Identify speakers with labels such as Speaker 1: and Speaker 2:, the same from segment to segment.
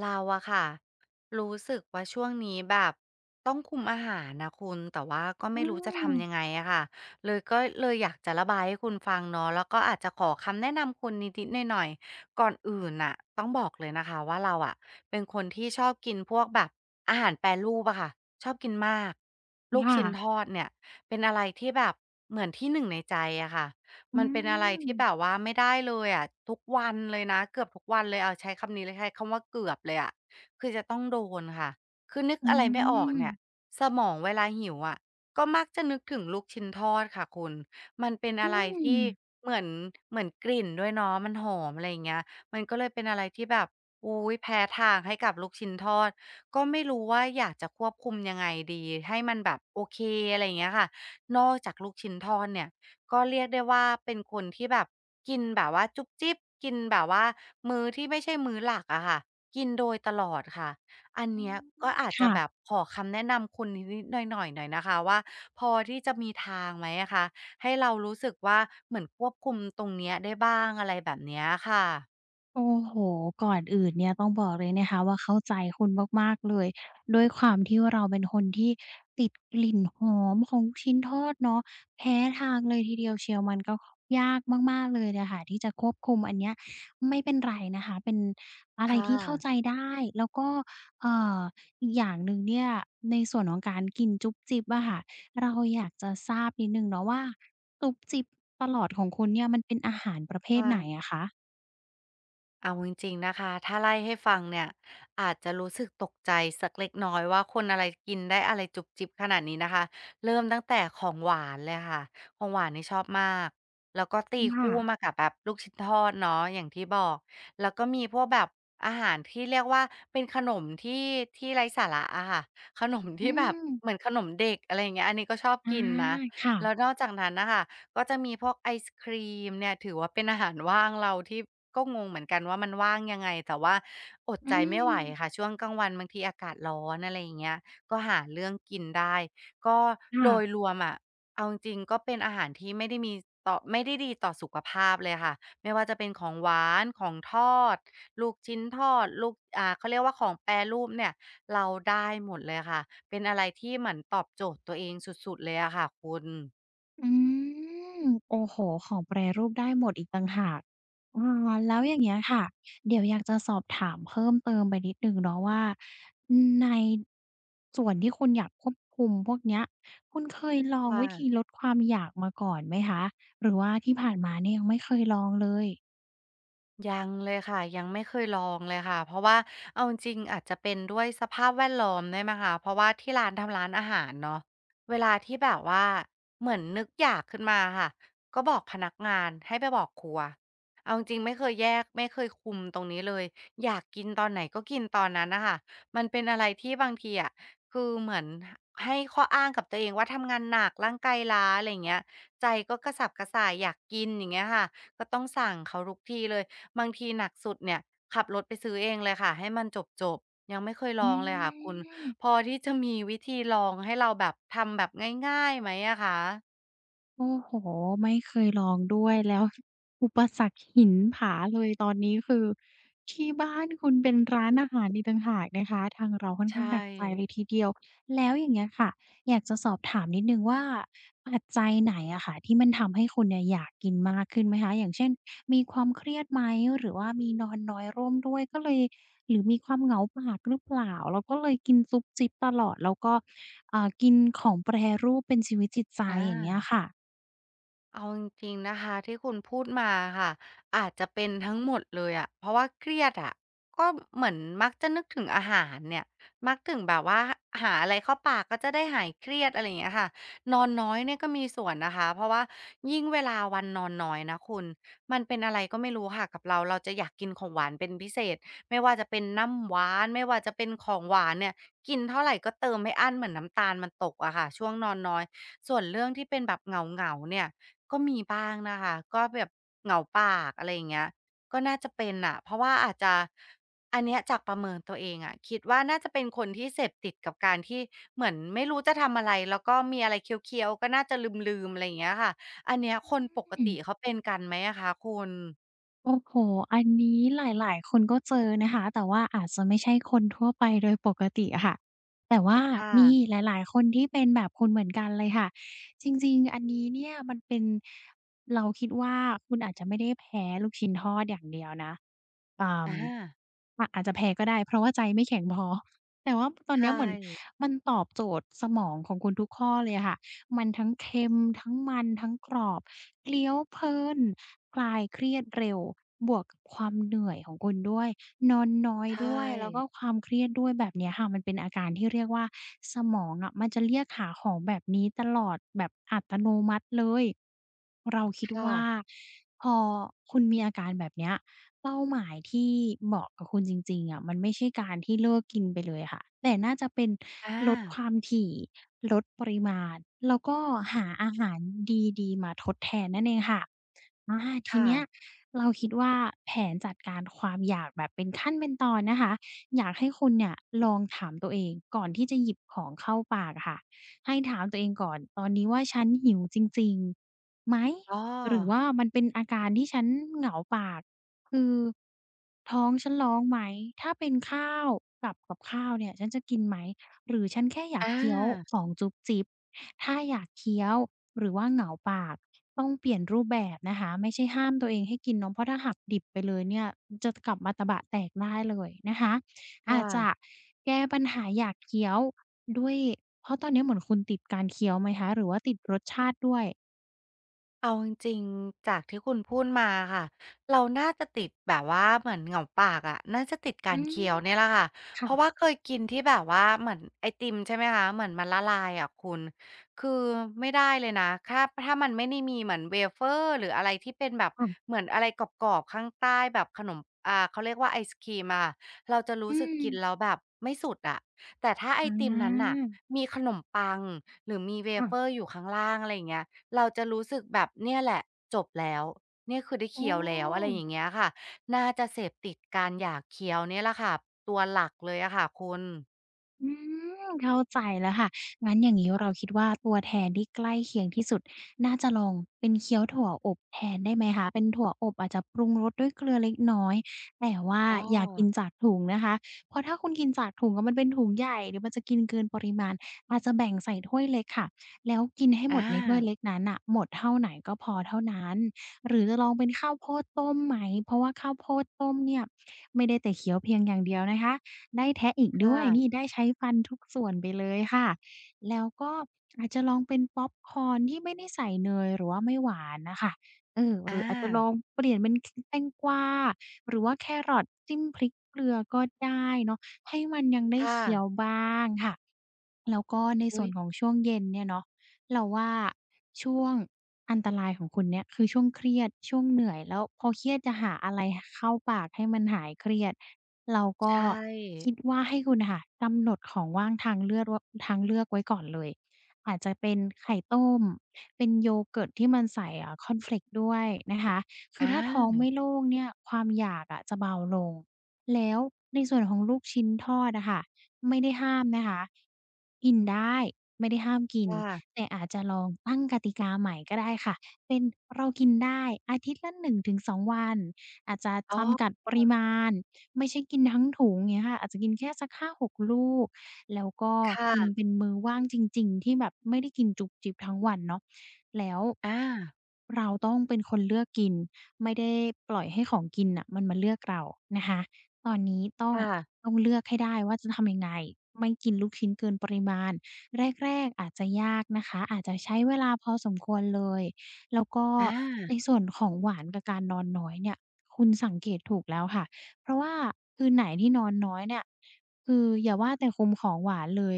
Speaker 1: เราอะค่ะรู้สึกว่าช่วงนี้แบบต้องคุมอาหารนะคุณแต่ว่าก็
Speaker 2: อื
Speaker 1: ไม่รู้จะ
Speaker 2: ม
Speaker 1: ทำยังไงอะค่ะเลยก็เลยอยากจะระบายให้คุณฟังเนาะแล้วก็อาจจะขอคำแนะนำคุณนิดๆหน่อยๆก่อนอื่นน่ะต้องบอกเลยนะคะว่าเราอะเป็นคนที่ชอบกินพวกแบบอาหารแปรรูปอะค่ะชอบกินมากลูก
Speaker 2: ค่ะ
Speaker 1: ชิ้นทอดเนี่ยเป็นอะไรที่แบบเหมือนที่หนึ่งในใจอะค่ะ
Speaker 2: อื
Speaker 1: มันเป็นอะไร
Speaker 2: ม
Speaker 1: ที่แบบว่าไม่ได้เลยอะทุกวันเลยนะเกือบทุกวันเลยเอาใช้คำนี้เลยใช้คำว่าเกือบเลยอะคือจะต้องโดนค่ะคือนึก
Speaker 2: อื
Speaker 1: อะไรไม่ออกเนี่ย
Speaker 2: ม
Speaker 1: สมองเวลาหิวอะก็มักจะนึกถึงลูกชิ้นทอดค่ะคุณมันเป็น
Speaker 2: อื
Speaker 1: อะไรที่
Speaker 2: ม
Speaker 1: เหมือนเหมือนกลิ่นด้วยเนาะมันหอมอะไรอย่างเงี้ยมันก็เลยเป็นอะไรที่แบบอุ้ยแพ้ทางให้กับลูกชิ้นทอดก็ไม่รู้ว่าอยากจะควบคุมยังไงดีให้มันแบบโอเคอะไรอย่างเงี้ยค่ะนอกจากลูกชิ้นทอดเนี่ย ก็เรียกได้ว่าเป็นคนที่แบบกินแบบว่าจุ๊บจิ๊บกินแบบว่ามื้อที่ไม่ใช่มื้อหลักอะค่ะกินโดยตลอดค่ะอัน
Speaker 2: อื
Speaker 1: เนี้ย
Speaker 2: ม
Speaker 1: ก็อาจจะ
Speaker 2: ค่ะ
Speaker 1: แบบขอคำแนะนำคุณนิดๆหน่อยๆหน่อยนะคะว่าพอที่จะมีทางไหมอะคะให้เรารู้สึกว่าเหมือนควบคุมตรงเนี้ยได้บ้างอะไรแบบเนี้ยค่ะ
Speaker 2: โอ้โฮก่อนอื่นเนี่ยต้องบอกเลยนะคะว่าเข้าใจคุณมากๆเลยด้วยความที่ว่าเราเป็นคนที่ติดกลิ่นหอมของลูกชิ้นทอดเนาะแพ้ทางเลยทีเดียวเชียวมันก็ยากมากๆเลยอะค่ะที่จะควบคุมอันเนี้ยไม่เป็นไรนะคะเป็นอะไร
Speaker 1: ค่ะ
Speaker 2: ที่เข้าใจได้แล้วก็เอ่ออีกอย่างหนึ่งเนี่ยในส่วนของการกินจุ๊บจิ๊บอะค่ะเราอยากจะทราบนิดหนึ่งเนาะว่าจุ๊บจิ๊บตลอดของคุณเนี่ยมันเป็นอาหารประเภทไหน
Speaker 1: ค่ะ
Speaker 2: อะคะ
Speaker 1: เอาจริงๆนะคะถ้าไล่ให้ฟังเนี่ยอาจจะรู้สึกตกใจสักเล็กน้อยว่าคนอะไรกินได้อะไรจุบจิบขนาดนี้นะคะเริ่มตั้งแต่ของหวานเลยค่ะของหวานนี่ชอบมากแล้วก็ตี
Speaker 2: ค่ะ
Speaker 1: คู่มากับแบบลูกชิ้นทอดเนาะอย่างที่บอกแล้วก็มีพวกแบบอาหารที่เรียกว่าเป็นขนมที่ไร้สาระอะค่ะขนม
Speaker 2: อื
Speaker 1: ที่แบบ
Speaker 2: ม
Speaker 1: เหมือนขนมเด็กอะไรอย่างเงี้ยอันนี้ก็ชอบ
Speaker 2: อา
Speaker 1: กินนะ
Speaker 2: ค่ะ
Speaker 1: แล้วนอกจากนั้นนะคะ ก็จะมีพวกไอศกรีมเนี่ยถือว่าเป็นอาหารว่างเราที่ก็งงเหมือนกันว่ามันว่างยังไงแต่ว่าอด
Speaker 2: อื
Speaker 1: ใจไม่ไหวค่ะ
Speaker 2: ม
Speaker 1: ช่วงกลางวันบางทีอากาศร้อนอะไรอย่างเงี้ยก็หาเรื่องกินได้ก็โดย
Speaker 2: ค่ะ
Speaker 1: รวมอะเอาจริงๆก็เป็นอาหารที่ไม่ได้มีต่อไม่ได้ดีต่อสุขภาพเลยค่ะไม่ว่าจะเป็นของหวานของทอดลูกชิ้นทอดลูกเขาเรียกว่าของแปรรูปเนี่ยเราได้หมดเลยค่ะเป็นอะไรที่เหมือนตอบโจทย์ตัวเองสุดๆเลยอะค่ะคุณ
Speaker 2: อืมโอ้โฮของแปรรูปได้หมดอีกต่างหากเออแล้วอย่างเงี้ยค่ะ เดี๋ยวอยากจะสอบถามเพิ่มเติมไปนิดหนึ่งเนาะว่าในส่วนที่คุณอยากควบคุมพวกเนี้ยคุณเคยลองวิธี
Speaker 1: ค่ะ
Speaker 2: ลดความอยากมาก่อนไหมคะ หรือว่าที่ผ่านมาเนี่ยยังไม่เคยลองเลย
Speaker 1: ยังเลยค่ะยังไม่เคยลองเลยค่ะเพราะว่าเอาจริงๆอาจจะเป็นด้วยสภาพแวดล้อมได้ไยมคะเพราะว่าที่ร้านทำร้านอาหารเนาะเวลาที่แบบว่าเหมือนนึกอยากขึ้นมาค่ะก็บอกพนักงานให้ไปบอกครัวเอาจริงๆไม่เคยแยกไม่เคยคุมตรงนี้เลยอยากกินตอนไหนก็กินตอนนั้นนะคะมันเป็นอะไรที่บางทีอ่ะคือเหมือนให้ข้ออ้างกับตัวเองว่าทำงานหนักร่างกายล้าอะไรอย่างเงี้ยใจก็กระสับกระส่ายอยากกินอย่างเงี้ยค่ะก็ต้องสั่งเขาทุกทีเลย บางทีหนักสุดเนี่ยขับรถไปซื้อเองเลยค่ะให้มันจบๆยังไม่เคยล
Speaker 2: อื
Speaker 1: องเลยค่ะคุณพ
Speaker 2: ม
Speaker 1: อที่จะมีวิธีลองให้เราแบบทำแบบง่ายๆไหมอะคะ
Speaker 2: โอ้โฮไม่เคยลองด้วยแล้ว อุปสรรคหินผาเลยตอนนี้คือที่บ้านคุณเป็นร้านอาหารอีกต่างหากนะคะทางเราค่อนข้า
Speaker 1: ใช่
Speaker 2: งหนักใจเลยทีเดียวแล้วอย่างเงี้ยค่ะอยากจะสอบถามนิดหนึ่งว่าปัจจัยไหนอะค่ะที่มันทำให้คุณเนี่ยอยากกินมากขึ้นไหมคะอย่างเช่นมีความเครียดไหมหรือว่ามีนอนน้อยร่วมด้วยก็เลยหรือมีความเหงาปากหรือเปล่าเราก็เลยกินซุบซิบตลอดแล้วก็อ่ากินของแปรรูปเป็นชีวิตจิตใจ
Speaker 1: อ
Speaker 2: อย่างเงี้ย
Speaker 1: า
Speaker 2: ค่ะ
Speaker 1: เอาจริงๆนะคะที่คุณพูดมาค่ะอาจจะเป็นทั้งหมดเลยอะเพราะว่าเครียดอะก็เหมือนมักจะนึกถึงอาหารเนี่ยมักถึงแบบว่าหาอะไรเข้าปากก็จะได้หายเครียดอะไรอย่างเงี้ยค่ะนอนน้อยเนี่ยก็มีส่วนนะคะเพราะว่ายิ่งเวลาวันนอนน้อยนะคุณมันเป็นอะไรก็ไม่รู้ค่ะกับเราจะอยากกินของหวานเป็นพิเศษไม่ว่าจะเป็นน้ำหวานไม่ว่าจะเป็นของหวานเนี่ยกินเท่าไหร่ก็เติมไม่อั้นเหมือนน้ำตาลมันตกอะค่ะช่วงนอนน้อยส่วนเรื่องที่เป็นแบบเหงาๆเนี่ย ก็มีบ้างนะคะก็แบบเหงาปากอะไรอย่างเงี้ยก็น่าจะเป็นน่ะเพราะว่าอาจจะอันเนี้ยจากประเมินตัวเองอะคิดว่าน่าจะเป็นคนที่เสพติดกับการที่เหมือนไม่รู้จะทำอะไรแล้วก็มีอะไรเคี้ยวๆก็น่าจะลืมๆอะไรอย่างเงี้ยค่ะอันเนี้ยคนปก
Speaker 2: อืม
Speaker 1: ติเขาเป็นกันไหมอะคะคุณ
Speaker 2: โอ้โฮอันนี้หลายๆคนก็เจอนะคะแต่ว่าอาจจะไม่ใช่คนทั่วไปโดยปกติอะค่ะแต่ว่า
Speaker 1: ค่ะ
Speaker 2: มีหลายๆคนที่เป็นแบบคุณเหมือนกันเลยค่ะจริงๆอันนี้เนี่ยมันเป็นเราคิดว่าคุณอาจจะไม่ได้แพ้ลูกชิ้นทอดอย่างเดียวนะอ่า
Speaker 1: อา
Speaker 2: อาอาจจะแพ้ก็ได้เพราะว่าใจไม่แข็งพอแต่ว่าตอน
Speaker 1: ใช่
Speaker 2: เนี้ยเหมือนมันตอบโจทย์สมองของคุณทุกข้อเลยอะค่ะ มันทั้งเค็มทั้งมันทั้งกรอบเลี้ยวเพลินคลายเครียดเร็วบวกกับความเหนื่อยของคุณด้วย นอนน้อยด้ว
Speaker 1: ใช่
Speaker 2: ยแล้วก็ความเครียดด้วยแบบเนี้ยค่ะมันเป็นอาการที่เรียกว่าสมองอะมันจะเรียกหาของแบบนี้ตลอดแบบอัตโนมัติเลยเราคิด
Speaker 1: ค่ะ
Speaker 2: ว่าพอคุณมีอาการแบบเนี้ยเป้าหมายที่เหมาะกับคุณจริงๆอะมันไม่ใช่การที่เลิกกินไปเลยค่ะแต่น่าจะเป็น
Speaker 1: อา
Speaker 2: ลดความถี่ลดปริมาณแล้วก็หาอาหารดีๆมาทดแทนนั่นเองค่ะ อาที
Speaker 1: ค่ะ
Speaker 2: เนี้ยเราคิดว่าแผนจัดการความอยากแบบเป็นขั้นเป็นตอนนะคะอยากให้คุณเนี่ยลองถามตัวเองก่อนที่จะหยิบของเข้าปากอะค่ะให้ถามตัวเองก่อนตอนนี้ว่าฉันหิวจริงๆไหม
Speaker 1: อ๋อ
Speaker 2: หรือว่ามันเป็นอาการที่ฉันเหงาปากคือท้องฉันร้องไหมถ้าเป็นข้าวกับกับข้าวเนี่ยฉันจะกินไหม หรือฉันแค่อยาก
Speaker 1: อา
Speaker 2: เคี้ยวของจุ๊บจิ๊บถ้าอยากเคี้ยวหรือว่าเหงาปากต้องเปลี่ยนรูปแบบนะคะไม่ใช่ห้ามตัวเองให้กินเนาะเพราะถ้าหักดิบไปเลยเนี่ยจะกลับมาตะบะแตกได้เลยนะคะ
Speaker 1: ค่
Speaker 2: อาจจะ
Speaker 1: ะ
Speaker 2: แก้ปัญหาอยากเคี้ยวด้วยเพราะตอนนี้เหมือนคุณติดการเคี้ยวไหมคะหรือว่าติดรสชาติด้วย
Speaker 1: เอาจริงๆ จากที่คุณพูดมาค่ะเราน่าจะติดแบบว่าเหมือนเหงาปากอะน่าจะติดกา
Speaker 2: อื
Speaker 1: ร
Speaker 2: ม
Speaker 1: เคี้ยวเนี่ยแหละค่ะเพ
Speaker 2: ค่ะ
Speaker 1: ราะว่าเคยกินที่แบบว่าเหมือนไอติมใช่ไหมคะเหมือนมันละลายอะคุณคือไม่ได้เลยนะถ้ามันไม่ได้มีเหมือน w a f e ์หรืออะไรที่เป็นแบบ
Speaker 2: ๆ
Speaker 1: เหมือนอะไรกรอบๆข้างใต้แบบขนมเขาเรียกว่าไอศครีมอ่ะเราจะรู้
Speaker 2: อื
Speaker 1: สึก
Speaker 2: ม
Speaker 1: กินแล้วแบบไม่สุดอะแต่ถ้าไอ
Speaker 2: อ
Speaker 1: ติมนั้น
Speaker 2: า
Speaker 1: น่ะมีขนมปังหรือมีเ a
Speaker 2: ค่ะ
Speaker 1: อ e r อยู่ข้างล่างอะไรอย่างเงี้ย เราจะรู้สึกแบบเนี่ยแหละจบแล้วเนี่ยคือได้
Speaker 2: โอ้
Speaker 1: เคี้ยวแล้วอะไรอย่างเงี้ยค่ะน่าจะเสพติดการอยากเคี้ยวเนี่ยแหละค่ะตัวหลักเลยอะค่ะคุณ
Speaker 2: อืมเข้าใจแล้วค่ะงั้นอย่างนี้เราคิดว่าตัวแทนที่ใกล้เคียงที่สุดน่าจะลองเป็นเคี้ยวถั่วอบแทนได้ไหมคะเป็นถั่วอบอาจจะปรุงรสด้วยเกลือเล็กน้อยแต่ว่า
Speaker 1: อ้อ
Speaker 2: อย่ากินจากถุงนะคะเพราะถ้าคุณกินจากถุงอะมันเป็นถุงใหญ่เดี๋ยวมันจะกินเกินปริมาณอาจจะแบ่งใส่ถ้วยเล็กค่ะแล้วกินให้หม
Speaker 1: อา
Speaker 2: ดในถ้วยเล็กนั้นน่ะหมดเท่าไหนก็พอเท่านั้นหรือจะลองเป็นข้าวโพดต้มไหมเพราะว่าข้าวโพดต้มเนี่ยไม่ได้แต่เคี้ยวเพียงอย่างเดียวนะคะ ได้แทะอีก
Speaker 1: ค
Speaker 2: ด้วยนี่
Speaker 1: ่ะ
Speaker 2: ได้ใช้ฟันทุกส่วนไปเลยค่ะแล้วก็อาจจะลองเป็นพ็อปคอร์นที่ไม่ได้ใส่เนยหรือว่าไม่หวานน่ะค่ะเออ
Speaker 1: อ
Speaker 2: หรืออาจจะลอ
Speaker 1: า
Speaker 2: งเปลี่ยนเป็นคแตงกวาหรือว่าแครอทจิ้มพริกเกลือก็ได้เนาะให้มันยังได้
Speaker 1: ค่ะ
Speaker 2: เคี้ยวบ้างค่ะแล้วก็ในส่
Speaker 1: อุ๊
Speaker 2: ว
Speaker 1: ย
Speaker 2: นของช่วงเย็นเนี่ยเนาะ เราว่าช่วงอันตรายของคุณเนี่ยคือช่วงเครียดช่วงเหนื่อยแล้วพอเครียดจะหาอะไรเข้าปากให้มันหายเครียดเราก็
Speaker 1: ใช่
Speaker 2: คิดว่าให้คุณน่ะค่ะกำหนดของว่างทางเลือดว่าทางเลือกไว้ก่อนเลยอาจจะเป็นไข่ต้มเป็นโยเกิร์ตที่มันใส่คอร์นเฟลกซ์ด้วยนะคะคื
Speaker 1: อ
Speaker 2: อถ้าท้อง
Speaker 1: า
Speaker 2: ไม่โล่งเนี่ยความอยากอะจะเบาลงแล้วในส่วนของลูกชิ้นทอดอะค่ะไม่ได้ห้ามนะคะกินได้ไม่ได้ห้ามกิน
Speaker 1: ค่ะ
Speaker 2: แต่อาจจะลองตั้งกติกาใหม่ก็ได้ค่ะ เป็นเรากินได้อาทิตย์ละ1 ถึง 2 วันอาจจะ
Speaker 1: อ๋อ
Speaker 2: จำกัดปริมาณไม่ใช่กินทั้งถุงเงี้ยค่ะอาจจะกินแค่สัก5-6 ลูกแล้วก็
Speaker 1: ค
Speaker 2: กินเป็
Speaker 1: ่ะ
Speaker 2: นมื้อว่างจริงๆที่แบบไม่ได้กินจุบจิบทั้งวันเนาะแล้ว
Speaker 1: อา
Speaker 2: เราต้องเป็นคนเลือกกินไม่ได้ปล่อยให้ของกินน่ะมันมาเลือกเรานะคะตอนนี้ต้อง
Speaker 1: ค่ะ
Speaker 2: เลือกให้ได้ว่าจะทำยังไงไม่กินลูกชิ้นเกินปริมาณ แรกๆอาจจะยากนะคะอาจจะใช้เวลาพอสมควรเลยแล้วก็
Speaker 1: อา
Speaker 2: ในส่วนของหวานกับการนอนน้อยเนี่ยคุณสังเกตถูกแล้วค่ะเพราะว่าคืนไหนที่นอนน้อยเนี่ยคืออย่าว่าแต่คุมของหวานเลย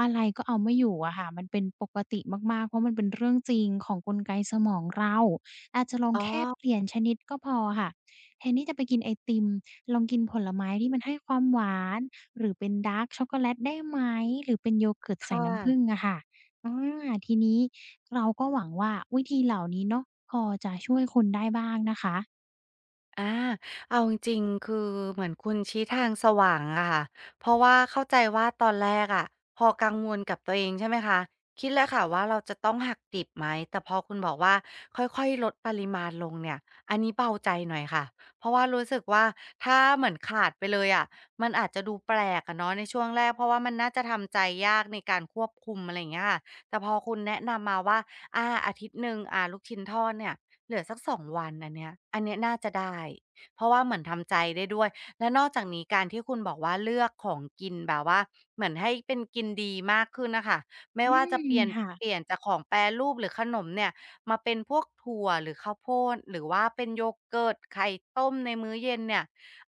Speaker 2: อะไรก็เอาไม่อยู่อะค่ะมันเป็นปกติมากๆเพราะมันเป็นเรื่องจริงของกลไกสมองเราอาจจะลอง
Speaker 1: อ๋อ
Speaker 2: แค่เปลี่ยนชนิดก็พอค่ะแทนที่จะไปกินไอติมลองกินผลไม้ที่มันให้ความหวาน หรือเป็นดาร์กช็อกโกแลตได้ไหมหรือเป็นโยเกิร์ตใส่
Speaker 1: ค่
Speaker 2: น้ำผึ้ง
Speaker 1: ะ
Speaker 2: อะค่ะอาทีนี้เราก็หวังว่าวิธีเหล่านี้เนาะพอจะช่วยคุณได้บ้างนะคะ
Speaker 1: อาเอาจริงๆคือเหมือนคุณชี้ทางสว่างอะค่ะเพราะว่าเข้าใจว่าตอนแรกอะพอกังวลกับตัวเองใช่ไหมคะคิดแล้วค่ะว่าเราจะต้องหักดิบไหมแต่พอคุณบอกว่าค่อยๆลดปริมาณลงเนี่ยอันนี้เบาใจหน่อยค่ะเพราะว่ารู้สึกว่าถ้าเหมือนขาดไปเลยอะมันอาจจะดูแปลกอะเนาะในช่วงแรกเพราะว่ามันน่าจะทำใจยากในการควบคุมอะไรอย่างเงี้ยค่ะแต่พอคุณแนะนำมาว่าอาอาทิตย์หนึ่งลูกชิ้นทอดเนี่ย เหลือสัก2วันอันเนี้ยน่าจะได้เพราะว่าเหมือนทำใจได้ด้วยและนอกจากนี้การที่คุณบอกว่าเลือกของกินแบบว่าเหมือนให้เป็นกินดีมากขึ้นน่ะค่ะไม่
Speaker 2: อื
Speaker 1: ว่าจะเป
Speaker 2: ม
Speaker 1: ลี่ยน
Speaker 2: ค่ะ
Speaker 1: เปลี่ยนจากของแปรรูปหรือขนมเนี่ยมาเป็นพวกถั่วหรือข้าวโพดหรือว่าเป็นโยเกิร์ตไข่ต้มในมื้อเย็นเนี่ย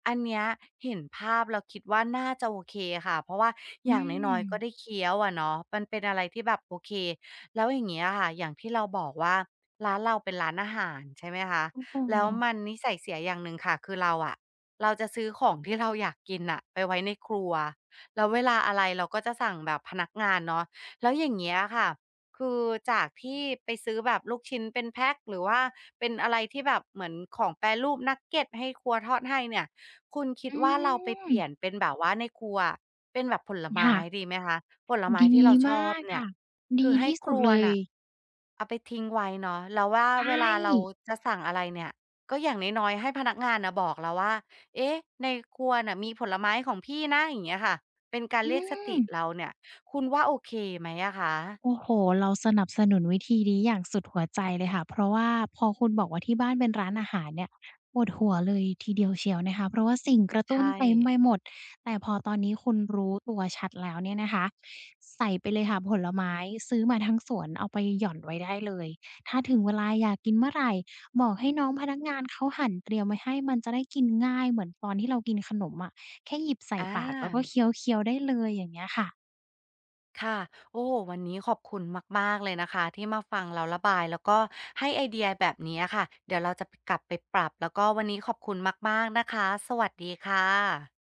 Speaker 1: อันเนี้ยเห็นภาพแล้วคิดว่าน่าจะโอเคค่ะเพราะว่า
Speaker 2: อื
Speaker 1: อย่างน้อ
Speaker 2: ม
Speaker 1: ยๆก็ได้เคี้ยวอะเนาะมันเป็นอะไรที่แบบโอเคแล้วอย่างเงี้ยค่ะอย่างที่เราบอกว่า ร้านเราเป็นร้านอาหารใช่ไหมคะ
Speaker 2: โอ้โฮ
Speaker 1: แล้วมันนิสัยเสียอย่างหนึ่งค่ะคือเราอะเราจะซื้อของที่เราอยากกินน่ะไปไว้ในครัวแล้วเวลาอะไรเราก็จะสั่งแบบพนักงานเนาะแล้วอย่างเงี้ยค่ะคือจากที่ไปซื้อแบบลูกชิ้นเป็นแพ็กหรือว่าเป็นอะไรที่แบบเหมือนของแปรรูปนักเก็ตให้ครัวทอดให้เนี่ยคุณคิด
Speaker 2: อื
Speaker 1: ว่าเราไป
Speaker 2: ม
Speaker 1: เปลี่ยนเป็นแบบว่าในครัว เป็นแบบผลไม้
Speaker 2: ค่ะ
Speaker 1: ดีไหมคะผลไม้
Speaker 2: ดี
Speaker 1: ที่เราชอ
Speaker 2: มา
Speaker 1: บ
Speaker 2: ก
Speaker 1: เนี่ย
Speaker 2: ค่ะดี
Speaker 1: คือให้
Speaker 2: ที่
Speaker 1: ค
Speaker 2: สุด
Speaker 1: รัว
Speaker 2: เลย
Speaker 1: น่ะเอาไปทิ้งไว้เนาะแล้วว่า
Speaker 2: ใช
Speaker 1: เว
Speaker 2: ่
Speaker 1: ลาเราจะสั่งอะไรเนี่ยก็อย่างน้อยๆให้พนักงานน่ะบอกเราว่าเอ๊ะในครัวน่ะมีผลไม้ของพี่นะอย่างเงี้ยค่ะเป็นการ
Speaker 2: อื
Speaker 1: เรียกส
Speaker 2: ม
Speaker 1: ติเราเนี่ยคุณว่าโอเคไหมอะคะ
Speaker 2: โอ้โฮเราสนับสนุนวิธีนี้อย่างสุดหัวใจเลยค่ะ เพราะว่าพอคุณบอกว่าที่บ้านเป็นร้านอาหารเนี่ยปวดหัวเลยทีเดียวเชียวนะคะ เพราะว่าสิ่งกระตุ้น
Speaker 1: ใช่
Speaker 2: เต็มไปหมด แต่พอตอนนี้คุณรู้ตัวชัดแล้วเนี่ยนะคะใส่ไปเลยค่ะผลไม้ซื้อมาทั้งสวนเอาไปหย่อนไว้ได้เลย ถ้าถึงเวลาอยากกินเมื่อไรบอกให้น้องพนักงานเขาหั่นเตรียมไว้ให้มันจะได้กินง่ายเหมือนตอนที่เรากินขนมอะแค่หยิบใส่
Speaker 1: อ
Speaker 2: ปากแล้วก็
Speaker 1: า
Speaker 2: เคี้ยวๆได้เลยอย่างเงี้ยค่ะ
Speaker 1: ค่ะโอ้วันนี้ขอบคุณมากๆเลยนะคะที่มาฟังเราระบายแล้วก็ให้ไอเดียแบบนี้อะค่ะ เดี๋ยวเราจะกลับไปปรับแล้วก็วันนี้ขอบคุณมากๆนะคะ สวัสดีค่ะ